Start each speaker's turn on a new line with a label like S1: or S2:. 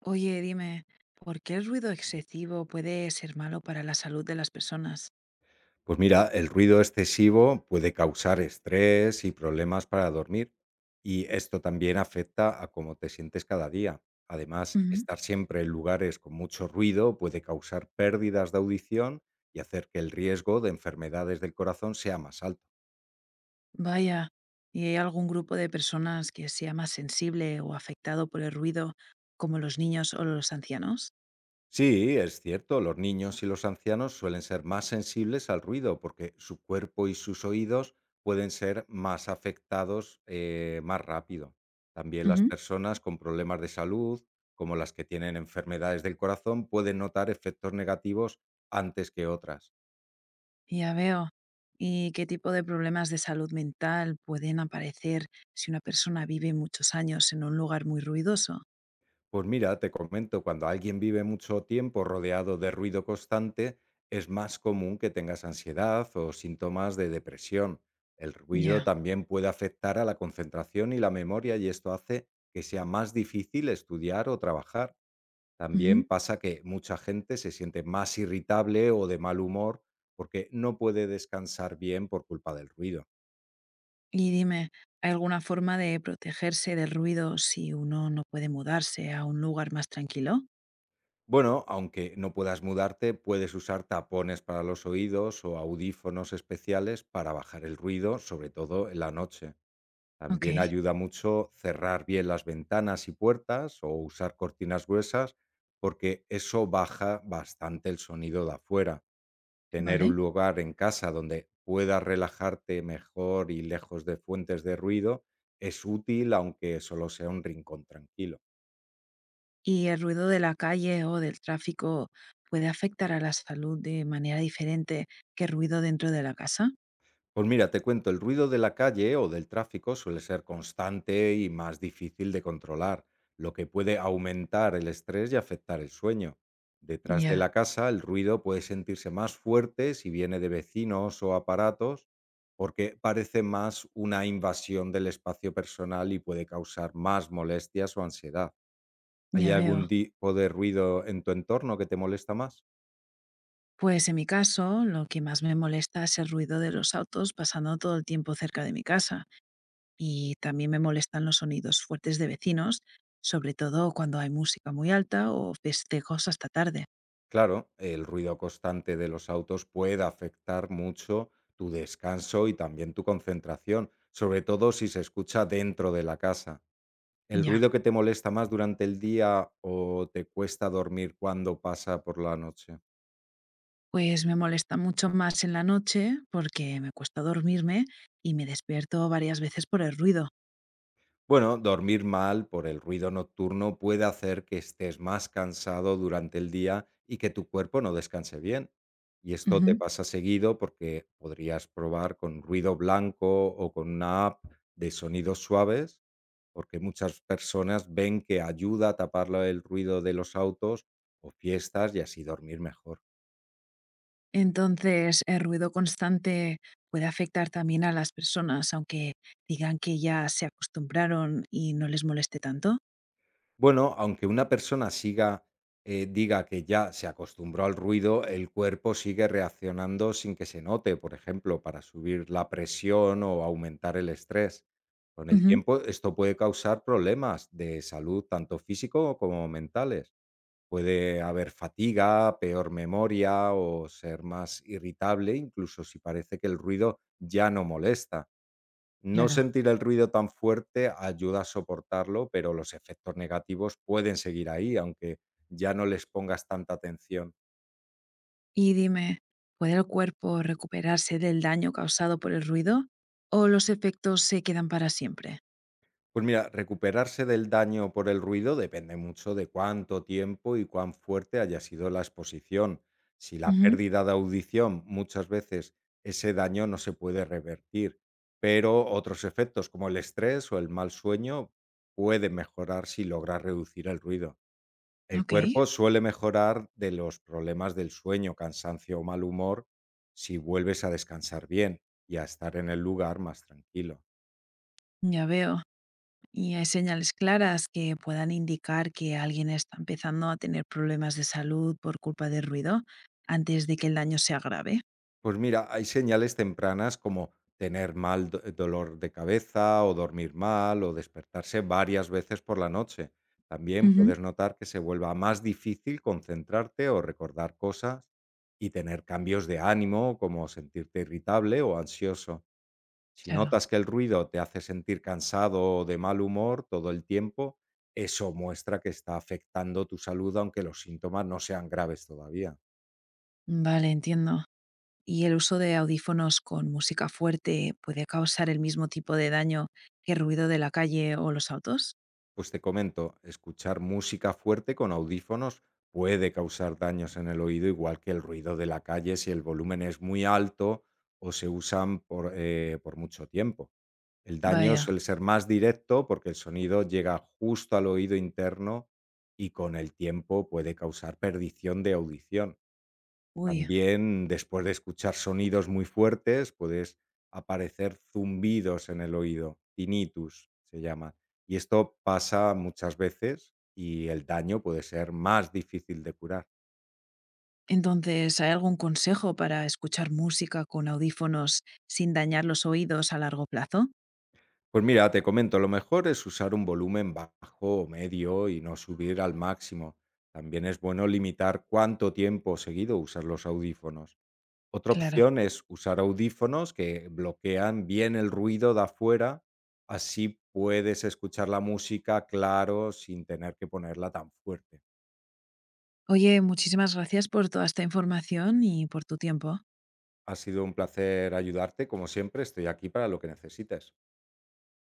S1: Oye, dime, ¿por qué el ruido excesivo puede ser malo para la salud de las personas?
S2: Pues mira, el ruido excesivo puede causar estrés y problemas para dormir, y esto también afecta a cómo te sientes cada día. Además,
S1: Ujú.
S2: estar siempre en lugares con mucho ruido puede causar pérdidas de audición y hacer que el riesgo de enfermedades del corazón sea más alto.
S1: Vaya, ¿y hay algún grupo de personas que sea más sensible o afectado por el ruido, como los niños o los ancianos?
S2: Sí, es cierto, los niños y los ancianos suelen ser más sensibles al ruido porque su cuerpo y sus oídos pueden ser más afectados más rápido. También las
S1: Ujú.
S2: personas con problemas de salud, como las que tienen enfermedades del corazón, pueden notar efectos negativos antes que otras.
S1: Ya veo. ¿Y qué tipo de problemas de salud mental pueden aparecer si una persona vive muchos años en un lugar muy ruidoso?
S2: Pues mira, te comento, cuando alguien vive mucho tiempo rodeado de ruido constante, es más común que tengas ansiedad o síntomas de depresión. El ruido
S1: Ya.
S2: también puede afectar a la concentración y la memoria, y esto hace que sea más difícil estudiar o trabajar. También
S1: Ujú.
S2: pasa que mucha gente se siente más irritable o de mal humor porque no puede descansar bien por culpa del ruido.
S1: Y dime, ¿hay alguna forma de protegerse del ruido si uno no puede mudarse a un lugar más tranquilo?
S2: Bueno, aunque no puedas mudarte, puedes usar tapones para los oídos o audífonos especiales para bajar el ruido, sobre todo en la noche. También
S1: Okey,
S2: ayuda mucho cerrar bien las ventanas y puertas o usar cortinas gruesas, porque eso baja bastante el sonido de afuera. Tener
S1: vale.
S2: un lugar en casa donde puedas relajarte mejor y lejos de fuentes de ruido es útil, aunque solo sea un rincón tranquilo.
S1: ¿Y el ruido de la calle o del tráfico puede afectar a la salud de manera diferente que el ruido dentro de la casa?
S2: Pues mira, te cuento, el ruido de la calle o del tráfico suele ser constante y más difícil de controlar, lo que puede aumentar el estrés y afectar el sueño. Detrás de
S1: Ya,
S2: la casa, el ruido puede sentirse más fuerte si viene de vecinos o aparatos, porque parece más una invasión del espacio personal y puede causar más molestias o ansiedad. ¿Hay
S1: ya
S2: algún
S1: veo.
S2: tipo de ruido en tu entorno que te molesta más?
S1: Pues en mi caso, lo que más me molesta es el ruido de los autos pasando todo el tiempo cerca de mi casa, y también me molestan los sonidos fuertes de vecinos, sobre todo cuando hay música muy alta o festejos hasta tarde.
S2: Claro, el ruido constante de los autos puede afectar mucho tu descanso y también tu concentración, sobre todo si se escucha dentro de la casa. ¿El
S1: Ya,
S2: ruido que te molesta más durante el día o te cuesta dormir cuando pasa por la noche?
S1: pues me molesta mucho más en la noche porque me cuesta dormirme y me despierto varias veces por el ruido.
S2: Bueno, dormir mal por el ruido nocturno puede hacer que estés más cansado durante el día y que tu cuerpo no descanse bien. Y esto te
S1: Ujú.
S2: pasa seguido, porque podrías probar con ruido blanco o con una app de sonidos suaves, porque muchas personas ven que ayuda a tapar el ruido de los autos o fiestas y así dormir mejor.
S1: Entonces, el ruido constante puede afectar también a las personas, aunque digan que ya se acostumbraron y no les moleste tanto.
S2: Bueno, aunque una persona siga, diga que ya se acostumbró al ruido, el cuerpo sigue reaccionando sin que se note, por ejemplo, para subir la presión o aumentar el estrés. Con el
S1: Ujú,
S2: tiempo, esto puede causar problemas de salud, tanto físico como mentales. Puede haber fatiga, peor memoria o ser más irritable, incluso si parece que el ruido ya no molesta. No
S1: claro.
S2: sentir el ruido tan fuerte ayuda a soportarlo, pero los efectos negativos pueden seguir ahí, aunque ya no les pongas tanta atención.
S1: Y dime, ¿puede el cuerpo recuperarse del daño causado por el ruido o los efectos se quedan para siempre?
S2: Pues mira, recuperarse del daño por el ruido depende mucho de cuánto tiempo y cuán fuerte haya sido la exposición. Si la
S1: Ujú,
S2: pérdida de audición, muchas veces ese daño no se puede revertir, pero otros efectos como el estrés o el mal sueño pueden mejorar si logras reducir el ruido. El
S1: ok.
S2: cuerpo suele mejorar de los problemas del sueño, cansancio o mal humor si vuelves a descansar bien y a estar en el lugar más tranquilo.
S1: Ya veo. Y hay señales claras que puedan indicar que alguien está empezando a tener problemas de salud por culpa del ruido antes de que el daño sea grave.
S2: Pues mira, hay señales tempranas como tener dolor de cabeza o dormir mal o despertarse varias veces por la noche. También
S1: Ujú,
S2: puedes notar que se vuelva más difícil concentrarte o recordar cosas y tener cambios de ánimo como sentirte irritable o ansioso. Si
S1: claro.
S2: notas que el ruido te hace sentir cansado o de mal humor todo el tiempo, eso muestra que está afectando tu salud, aunque los síntomas no sean graves todavía.
S1: Vale, entiendo. ¿Y el uso de audífonos con música fuerte puede causar el mismo tipo de daño que el ruido de la calle o los autos?
S2: Pues te comento, escuchar música fuerte con audífonos puede causar daños en el oído, igual que el ruido de la calle, si el volumen es muy alto o se usan por mucho tiempo. El daño
S1: Vaya,
S2: suele ser más directo porque el sonido llega justo al oído interno, y con el tiempo puede causar perdición de audición.
S1: uy.
S2: También, después de escuchar sonidos muy fuertes, puedes aparecer zumbidos en el oído, tinnitus se llama, y esto pasa muchas veces y el daño puede ser más difícil de curar.
S1: Entonces, ¿hay algún consejo para escuchar música con audífonos sin dañar los oídos a largo plazo?
S2: Pues mira, te comento, lo mejor es usar un volumen bajo o medio y no subir al máximo. También es bueno limitar cuánto tiempo seguido usas los audífonos. Otra
S1: Claro.
S2: opción es usar audífonos que bloquean bien el ruido de afuera, así puedes escuchar la música claro sin tener que ponerla tan fuerte.
S1: Oye, muchísimas gracias por toda esta información y por tu tiempo.
S2: Ha sido un placer ayudarte, como siempre, estoy aquí para lo que necesites.